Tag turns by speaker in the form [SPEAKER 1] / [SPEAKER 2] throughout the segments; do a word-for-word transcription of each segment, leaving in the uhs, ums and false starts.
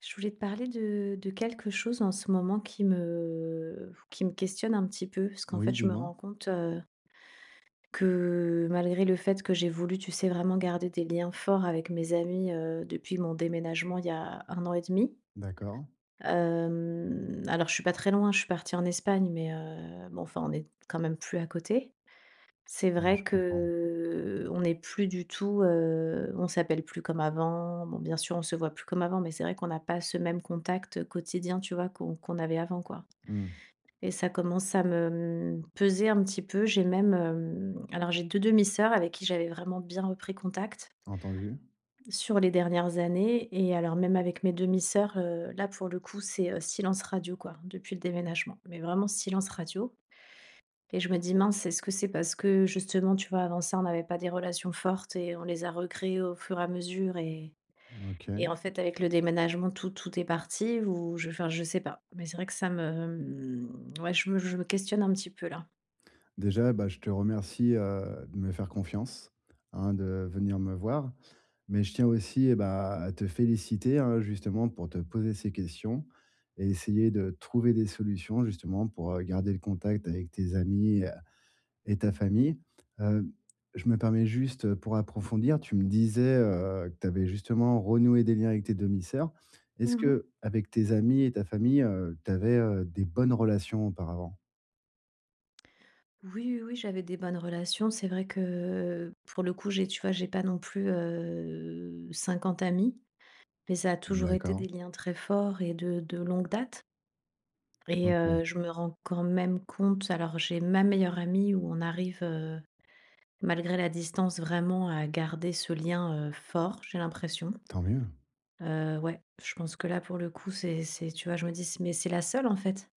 [SPEAKER 1] Je voulais te parler de, de quelque chose en ce moment qui me, qui me questionne un petit peu, parce qu'en fait,
[SPEAKER 2] Oui,
[SPEAKER 1] je me
[SPEAKER 2] dis-moi.
[SPEAKER 1] rends compte euh, que malgré le fait que j'ai voulu, tu sais, vraiment garder des liens forts avec mes amis euh, depuis mon déménagement il y a un an et demi.
[SPEAKER 2] D'accord.
[SPEAKER 1] euh, alors, je suis pas très loin, je suis partie en Espagne, mais euh, bon, enfin, on est quand même plus à côté. C'est
[SPEAKER 2] Ouais,
[SPEAKER 1] vrai
[SPEAKER 2] je comprends.
[SPEAKER 1] que on n'est plus du tout. Heu, on s'appelle plus comme avant. Bon, bien sûr, on se voit plus comme avant, mais c'est vrai qu'on n'a pas ce même contact quotidien, tu vois, qu'on qu'on avait avant, quoi,
[SPEAKER 2] Mmh.
[SPEAKER 1] et ça commence à me, mmh, peser un petit peu. J'ai même, hem, alors j'ai deux demi-sœurs avec qui j'avais vraiment bien repris contact
[SPEAKER 2] Entendu.
[SPEAKER 1] sur les dernières années, et alors même avec mes demi-sœurs, heu, là, pour le coup, c'est, heu, silence radio, quoi, depuis le déménagement, mais vraiment silence radio. Et je me dis: «Mince, est-ce que c'est parce que justement, tu vois, avant ça, on n'avait pas des relations fortes et on les a recréées au fur et à mesure, et et
[SPEAKER 2] OK.
[SPEAKER 1] en fait, avec le déménagement, tout tout est parti?» ou je enfin, je sais pas. Mais c'est vrai que ça me, mmh, ouais, je me je me questionne un petit peu là.
[SPEAKER 2] Déjà, bah, je te remercie, heu, de me faire confiance, hein, de venir me voir. Mais je tiens aussi, eh bah, à te féliciter, hein, justement pour te poser ces questions et essayer de trouver des solutions justement pour, heu, garder le contact avec tes amis, et ta famille. Heu, je me permets juste, pour approfondir, tu me disais, heu, que tu avais justement renoué des liens avec tes demi-sœurs. Est-ce
[SPEAKER 1] Mmh.
[SPEAKER 2] que avec tes amis et ta famille, tu avais, des bonnes relations auparavant?
[SPEAKER 1] Oui, oui, oui, j'avais des bonnes relations. C'est vrai que, pour le coup, j'ai tu vois, j'ai pas non plus, heu, cinquante amis, mais ça a toujours été
[SPEAKER 2] D'accord,
[SPEAKER 1] des liens très forts et de de longue date. Et
[SPEAKER 2] OK,
[SPEAKER 1] heu, je me rends quand même compte, alors j'ai ma meilleure amie où on arrive, heu, malgré la distance, vraiment à garder ce lien, heu, fort, j'ai l'impression.
[SPEAKER 2] tant mieux,
[SPEAKER 1] Heu, ouais, je pense que là pour le coup c'est c'est tu vois, je me dis: «C Mais c'est la seule en fait».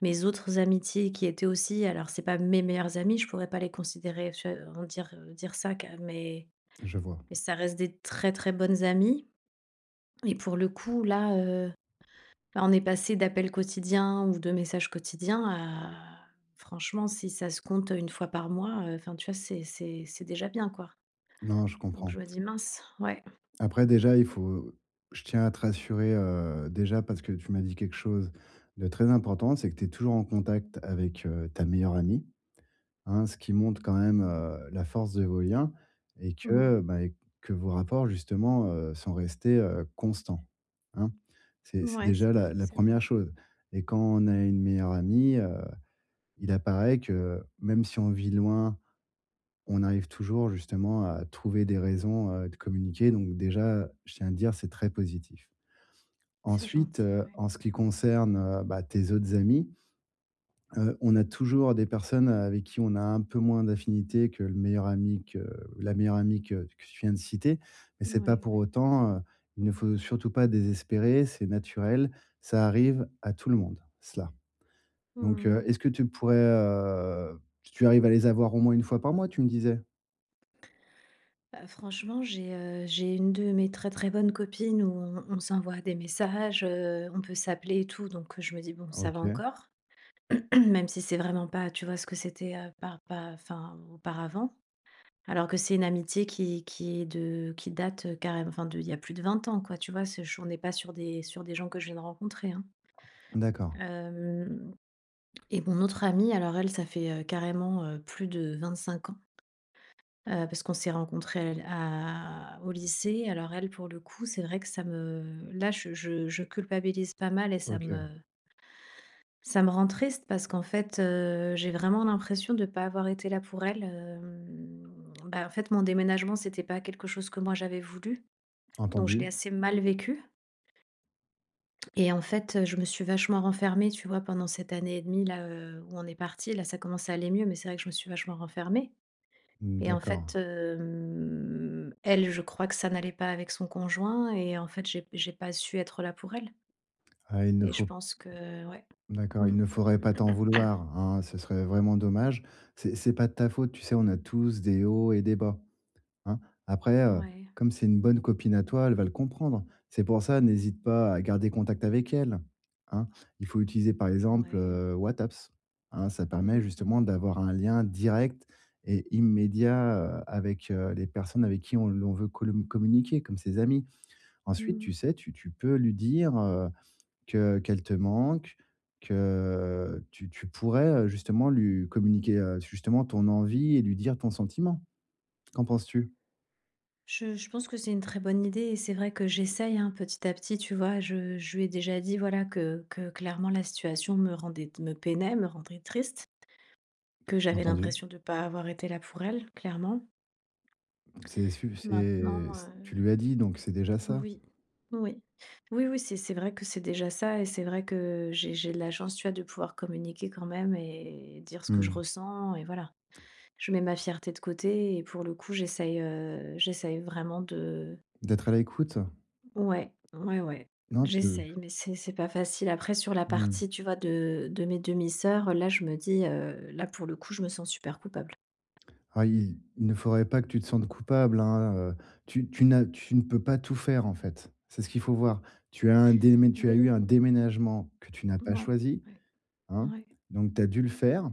[SPEAKER 1] Mes autres amitiés qui étaient aussi, alors c'est pas mes meilleures amies, je pourrais pas les considérer, tu vois, en dire, dire ça ca mais
[SPEAKER 2] je vois.
[SPEAKER 1] mais ça reste des très, très bonnes amies. Et pour le coup là. Bah, on est passé d'appels quotidiens ou de messages quotidiens à, franchement, si ça se compte une fois par mois, heu, enfin, tu vois, c'est c'est c'est déjà bien, quoi.
[SPEAKER 2] Non, je
[SPEAKER 1] Donc
[SPEAKER 2] comprends.
[SPEAKER 1] je me dis: «Mince», ouais.
[SPEAKER 2] Après déjà, il faut je tiens à te rassurer, heu, déjà parce que tu m'as dit quelque chose de très important, c'est que tu es toujours en contact avec, heu, ta meilleure amie, hein, ce qui montre quand même, heu, la force de vos liens et
[SPEAKER 1] Mmh.
[SPEAKER 2] que, bah, et que vos rapports justement, heu, sont restés, heu, constants, hein. C'est c'est
[SPEAKER 1] Ouais, c'est
[SPEAKER 2] déjà
[SPEAKER 1] vrai,
[SPEAKER 2] la la
[SPEAKER 1] c'est vrai.
[SPEAKER 2] première chose et quand on a une meilleure amie, heu, il apparaît que même si on vit loin, on arrive toujours justement à trouver des raisons, heu, de communiquer donc déjà, je tiens à dire, c'est très positif.
[SPEAKER 1] C'est
[SPEAKER 2] Ensuite,
[SPEAKER 1] gentil,
[SPEAKER 2] heu,
[SPEAKER 1] ouais.
[SPEAKER 2] en ce qui concerne, heu, bah, tes autres amis, Heu, on a toujours des personnes avec qui on a un peu moins d'affinité que le meilleur ami que la meilleure amie que que tu viens de citer, mais c'est pas
[SPEAKER 1] Ouais,
[SPEAKER 2] pour
[SPEAKER 1] ouais.
[SPEAKER 2] autant, heu, il ne faut surtout pas désespérer, c'est naturel, ça arrive à tout le monde, cela. Donc,
[SPEAKER 1] Mmh.
[SPEAKER 2] heu, est-ce que tu pourrais, heu, tu arrives à les avoir au moins une fois par mois, tu me disais?
[SPEAKER 1] Bah, franchement, j'ai, heu, j'ai une de mes très, très bonnes copines où on on s'envoie des messages, heu, on peut s'appeler et tout, donc heu, je me dis: «Bon, ça va
[SPEAKER 2] OK,
[SPEAKER 1] encore», même si c'est vraiment pas, tu vois, ce que c'était, heu, par par enfin, auparavant. Alors que c'est une amitié qui qui est de qui date, heu, carrém enfin, de, il y a plus de vingt ans, quoi, tu vois? C'est ch on n'est pas sur des sur des gens que je viens de rencontrer, hein.
[SPEAKER 2] d'accord,
[SPEAKER 1] Hem Et mon autre amie, alors elle, ça fait, heu, carrément, heu, plus de vingt-cinq ans, heu, parce qu'on s'est rencontrés à à au lycée. Alors elle, pour le coup, c'est vrai que ça me là, je je je culpabilise pas mal, et ça
[SPEAKER 2] OK,
[SPEAKER 1] me ça me rend triste parce qu'en fait, heu, j'ai vraiment l'impression de ne pas avoir été là pour elle. Hem, bah, en fait, mon déménagement, c'était pas quelque chose que moi j'avais voulu. Donc je l'ai
[SPEAKER 2] entendu.
[SPEAKER 1] assez mal vécu et en fait, heu, je me suis vachement renfermée, tu vois? Pendant cette année et demie là, heu, où on est parti. Là, ça commence à aller mieux, mais c'est vrai que je me suis vachement renfermée, et en fait,
[SPEAKER 2] D'accord.
[SPEAKER 1] hem, elle, je crois que ça n'allait pas avec son conjoint, et en fait, j'ai j'ai pas su être là pour elle,
[SPEAKER 2] Ah, il ne
[SPEAKER 1] et je
[SPEAKER 2] faut
[SPEAKER 1] pense que ouais.
[SPEAKER 2] D'accord,
[SPEAKER 1] Mmh.
[SPEAKER 2] il ne faudrait pas t'en vouloir, hein, ce serait vraiment dommage. C'est c'est pas de ta faute, tu sais, on a tous des hauts et des bas, hein. Après, heu,
[SPEAKER 1] Ouais,
[SPEAKER 2] comme c'est une bonne copine à toi, elle va le comprendre. C'est pour ça, n'hésite pas à garder contact avec elle, hein. Il faut utiliser, par exemple,
[SPEAKER 1] ouais.
[SPEAKER 2] heu, WhatsApps, hein. Ça permet
[SPEAKER 1] Mmh mh.
[SPEAKER 2] justement d'avoir un lien direct et immédiat, heu, avec, heu, les personnes avec qui on l'on veut colom communiquer, comme ses amis. Ensuite,
[SPEAKER 1] Mmh.
[SPEAKER 2] tu sais, tu tu peux lui dire, heu, que qu'elle te manque, que tu tu pourrais, heu, justement lui communiquer, heu, justement ton envie et lui dire ton sentiment. Qu'en penses-tu?
[SPEAKER 1] Je je pense que c'est une très bonne idée et c'est vrai que j'essaye, hein, petit à petit, tu vois? Je je lui ai déjà dit, voilà, que que clairement la situation me rendait, me peinait, me rendait triste, que j'avais
[SPEAKER 2] Entendu.
[SPEAKER 1] l'impression de ne pas avoir été là pour elle, clairement.
[SPEAKER 2] C'est su
[SPEAKER 1] Maintenant,
[SPEAKER 2] c'est tu
[SPEAKER 1] heu,
[SPEAKER 2] lui as dit, donc c'est déjà ça.
[SPEAKER 1] oui, oui. Oui, oui, c'est c'est vrai que c'est déjà ça et c'est vrai que j'ai j'ai de la chance, tu vois, de pouvoir communiquer quand même et dire ce que je
[SPEAKER 2] Mmh.
[SPEAKER 1] ressens et voilà. Je mets ma fierté de côté et pour le coup, j'essaye, heu, j'essaye vraiment de.
[SPEAKER 2] D'être à l'écoute.
[SPEAKER 1] Ouais, ouais, ouais.
[SPEAKER 2] Non, tu
[SPEAKER 1] J'essaye, mais c'est c'est pas facile. Après, sur la
[SPEAKER 2] Mmh.
[SPEAKER 1] partie, tu vois, de, de mes demi-sœurs, là, je me dis, euh, là, pour le coup, je me sens super coupable.
[SPEAKER 2] Ah, il il ne faudrait pas que tu te sentes coupable, hein, heu, tu tu n'as tu ne peux pas tout faire, en fait. C'est ce qu'il faut voir. Tu as un démé tu as eu
[SPEAKER 1] Oui,
[SPEAKER 2] un déménagement que tu n'as pas
[SPEAKER 1] ouais,
[SPEAKER 2] choisi,
[SPEAKER 1] ouais,
[SPEAKER 2] hein,
[SPEAKER 1] ouais,
[SPEAKER 2] donc tu as dû le faire,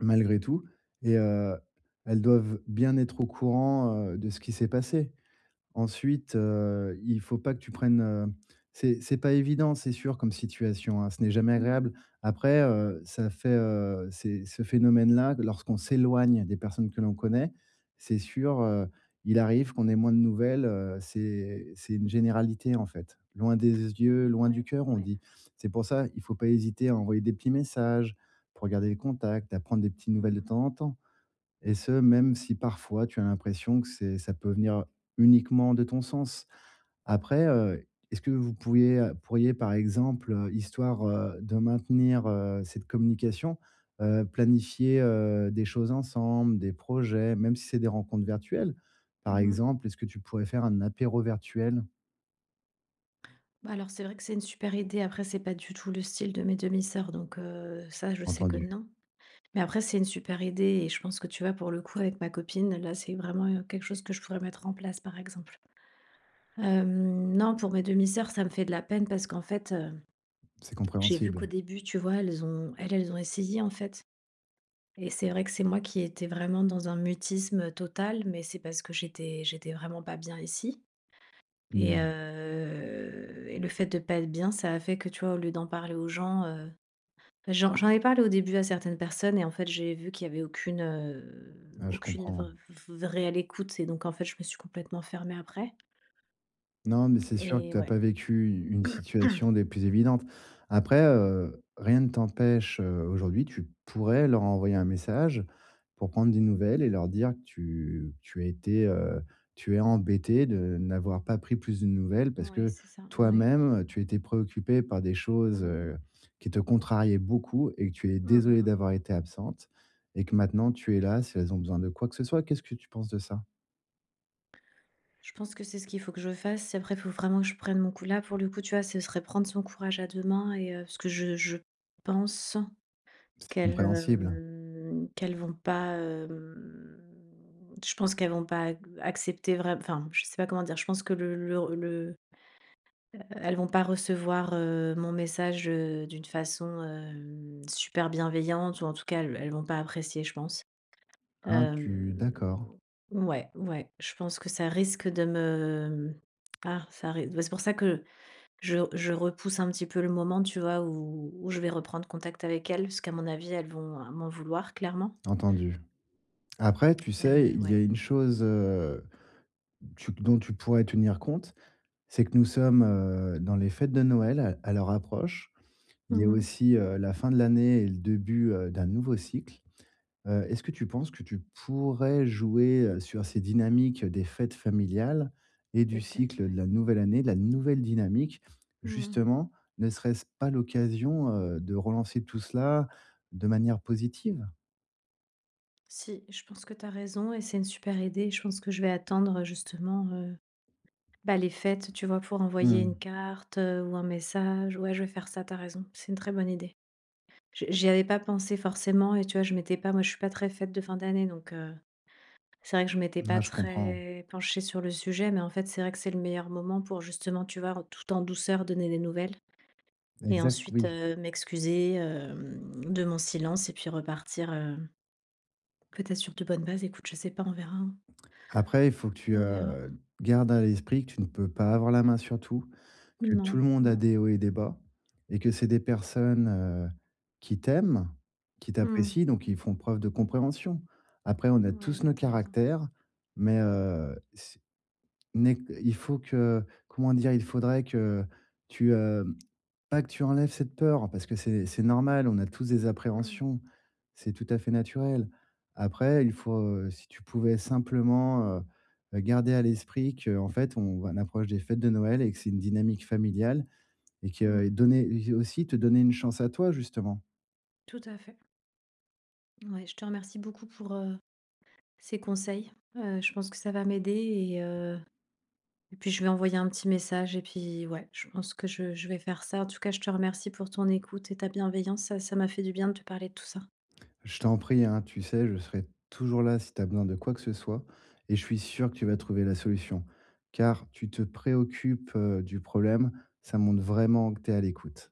[SPEAKER 2] malgré tout et heu, elles doivent bien être au courant, heu, de ce qui s'est passé. Ensuite, heu, il faut pas que tu prennes, heu, c'est c'est pas évident, c'est sûr comme situation, hein, ce n'est jamais
[SPEAKER 1] mhm,
[SPEAKER 2] agréable. Après, heu, ça fait, heu, c'est ce phénomène-là, lorsqu'on s'éloigne des personnes que l'on connaît, c'est sûr, heu, il arrive qu'on ait moins de nouvelles, heu, c'est c'est une généralité, en fait. «Loin des yeux, loin du
[SPEAKER 1] ouais,
[SPEAKER 2] cœur», on
[SPEAKER 1] ouais.
[SPEAKER 2] dit. C'est pour ça, il faut pas hésiter à envoyer des petits messages pour garder le contact, à prendre des petites nouvelles de
[SPEAKER 1] Mhm,
[SPEAKER 2] temps en temps. Et ce, même si parfois tu as l'impression que c'est ça peut venir uniquement de ton sens. Après, heu, est-ce que vous pourriez, pourriez par exemple, heu, histoire, heu, de maintenir, heu, cette communication, heu, planifier, heu, des choses ensemble, des projets, même si c'est des rencontres virtuelles? Par
[SPEAKER 1] mhm.
[SPEAKER 2] exemple, est-ce que tu pourrais faire un apéro virtuel?
[SPEAKER 1] Bah, alors, c'est vrai que c'est une super idée. Après, c'est pas du tout le style de mes demi-sœurs, donc euh, ça, je sais que
[SPEAKER 2] Entendu,
[SPEAKER 1] non. Mais après, c'est une super idée et je pense que, tu vois, pour le coup, avec ma copine, là, c'est vraiment euh, quelque chose que je pourrais mettre en place, par exemple. Euh, non, pour mes demi-sœurs, ça me fait de la peine parce qu'en fait,
[SPEAKER 2] c'est
[SPEAKER 1] j'ai vu qu'au
[SPEAKER 2] compréhensible.
[SPEAKER 1] début, tu vois, elles ont elles, elles ont essayé, en fait. Et c'est vrai que c'est moi qui étais vraiment dans un mutisme total, mais c'est parce que j'étais j'étais vraiment pas bien ici, et
[SPEAKER 2] Mmh.
[SPEAKER 1] heu et le fait de pas être bien, ça a fait que, tu vois, au lieu d'en parler aux gens, heu, j'en j'en ai parlé au début à certaines personnes, et en fait, j'ai vu qu'il y avait aucune, heu,
[SPEAKER 2] Ah, je
[SPEAKER 1] aucune
[SPEAKER 2] comprends.
[SPEAKER 1] vr v réelle écoute, et donc en fait, je me suis complètement fermée après.
[SPEAKER 2] Non, mais c'est sûr que
[SPEAKER 1] Et
[SPEAKER 2] tu as
[SPEAKER 1] ouais,
[SPEAKER 2] pas vécu une situation des plus évidentes. Après, heu, rien ne t'empêche, heu, aujourd'hui, tu pourrais leur envoyer un message pour prendre des nouvelles et leur dire que tu tu as été, heu, tu es embêté de n'avoir pas pris plus de nouvelles parce
[SPEAKER 1] ouais,
[SPEAKER 2] que
[SPEAKER 1] c'est ça, ouais.
[SPEAKER 2] toi-même, tu étais préoccupé par des choses,
[SPEAKER 1] Mmh.
[SPEAKER 2] heu, qui te contrariaient beaucoup et que tu es
[SPEAKER 1] Mmh
[SPEAKER 2] désolé
[SPEAKER 1] mh.
[SPEAKER 2] d'avoir été absente et que maintenant tu es là si elles ont besoin de quoi que ce soit. Qu'est-ce que tu penses de ça?
[SPEAKER 1] Je pense que c'est ce qu'il faut que je fasse. Si. Après, il faut vraiment que je prenne mon coup. Là, pour le coup, tu vois, ce serait prendre son courage à deux mains, et euh, parce que je, je pense
[SPEAKER 2] C'est
[SPEAKER 1] qu'elles
[SPEAKER 2] compréhensible.
[SPEAKER 1] euh, qu'elles vont pas. euh, je pense qu'elles vont pas accepter vraiment. Enfin, je sais pas comment dire. Je pense que le, le, le- elles vont pas recevoir euh, mon message euh, d'une façon euh, super bienveillante, ou en tout cas, elles, elles vont pas apprécier, je pense.
[SPEAKER 2] Ah
[SPEAKER 1] Hem,
[SPEAKER 2] tu D'accord,
[SPEAKER 1] ouais, ouais, je pense que ça risque de me ah, ça ri bah, c'est pour ça que je je repousse un petit peu le moment, tu vois, où où je vais reprendre contact avec elles, parce qu'à mon avis, elles vont, euh, m'en vouloir clairement.
[SPEAKER 2] entendu. Après, tu sais,
[SPEAKER 1] Heu,
[SPEAKER 2] il y a
[SPEAKER 1] ouais.
[SPEAKER 2] une chose, heu, tu dont tu pourrais tenir compte, c'est que nous sommes, heu, dans les fêtes de Noël à à leur approche. Il y a
[SPEAKER 1] Mmh.
[SPEAKER 2] aussi, heu, la fin de l'année et le début, heu, d'un nouveau cycle. Heu, est-ce que tu penses que tu pourrais jouer, heu, sur ces dynamiques des fêtes familiales et du
[SPEAKER 1] Peut-être,
[SPEAKER 2] cycle de
[SPEAKER 1] ouais.
[SPEAKER 2] la nouvelle année, de la nouvelle dynamique?
[SPEAKER 1] Mmh.
[SPEAKER 2] Justement, ne serait-ce pas l'occasion, heu, de relancer tout cela de manière positive?
[SPEAKER 1] Si, je pense que tu as raison et c'est une super idée. Je pense que je vais attendre, justement, heu, bah, les fêtes, tu vois, pour envoyer une
[SPEAKER 2] Mmh.
[SPEAKER 1] carte, heu, ou un message. Ouais, je vais faire ça, tu as raison. C'est une très bonne idée. J j'y avais pas pensé forcément et tu vois, je m'étais pas moi, je suis pas très fête de fin d'année, donc heu, c'est vrai que je m'étais pas
[SPEAKER 2] Ouais, je comprends.
[SPEAKER 1] très penchée sur le sujet, mais en fait, c'est vrai que c'est le meilleur moment pour, justement, tu vois, tout en douceur, donner des nouvelles et
[SPEAKER 2] Exact,
[SPEAKER 1] ensuite,
[SPEAKER 2] oui.
[SPEAKER 1] heu, m'excuser, hem, de mon silence et puis repartir, heu, peut-être sur de bonnes bases. Écoute, je sais pas, on verra, hein.
[SPEAKER 2] Après, il faut que tu,
[SPEAKER 1] On verra.
[SPEAKER 2] heu, gardes à l'esprit que tu ne peux pas avoir la main sur tout, que
[SPEAKER 1] Non,
[SPEAKER 2] tout le monde a
[SPEAKER 1] non.
[SPEAKER 2] des hauts et des bas et que c'est des personnes, heu, qui t'aiment, qui
[SPEAKER 1] Mmh.
[SPEAKER 2] t'apprécient, donc ils font preuve de compréhension. Après, on a
[SPEAKER 1] Ouais,
[SPEAKER 2] tous
[SPEAKER 1] ouais,
[SPEAKER 2] nos
[SPEAKER 1] t'as raison.
[SPEAKER 2] caractères, mais, heu, c'est n'est il faut que comment dire? Il faudrait que tu, pas que tu enlèves cette peur, parce que c'est c'est normal, on a tous des
[SPEAKER 1] Mmh.
[SPEAKER 2] appréhensions, c'est tout à fait naturel. Après, il faut, heu, si tu pouvais simplement, heu heu, garder à l'esprit que, en fait, on on approche des fêtes de Noël et que c'est une dynamique familiale et que euh, et
[SPEAKER 1] Mmh.
[SPEAKER 2] donner aussi te donner une chance à toi, justement.
[SPEAKER 1] Tout à fait. Ouais, je te remercie beaucoup pour, heu, ces conseils. Heu, je pense que ça va m'aider et heu Et puis, je vais envoyer un petit message et puis ouais, je pense que je je vais faire ça. En tout cas, je te remercie pour ton écoute et ta bienveillance. Ça ça m'a fait du bien de te parler de tout ça.
[SPEAKER 2] Je t'en prie, hein, tu sais, je serai toujours là si tu as besoin de quoi que ce soit et je suis sûr que tu vas trouver la solution, car tu te préoccupes, heu, du problème, ça montre vraiment que tu es à l'écoute.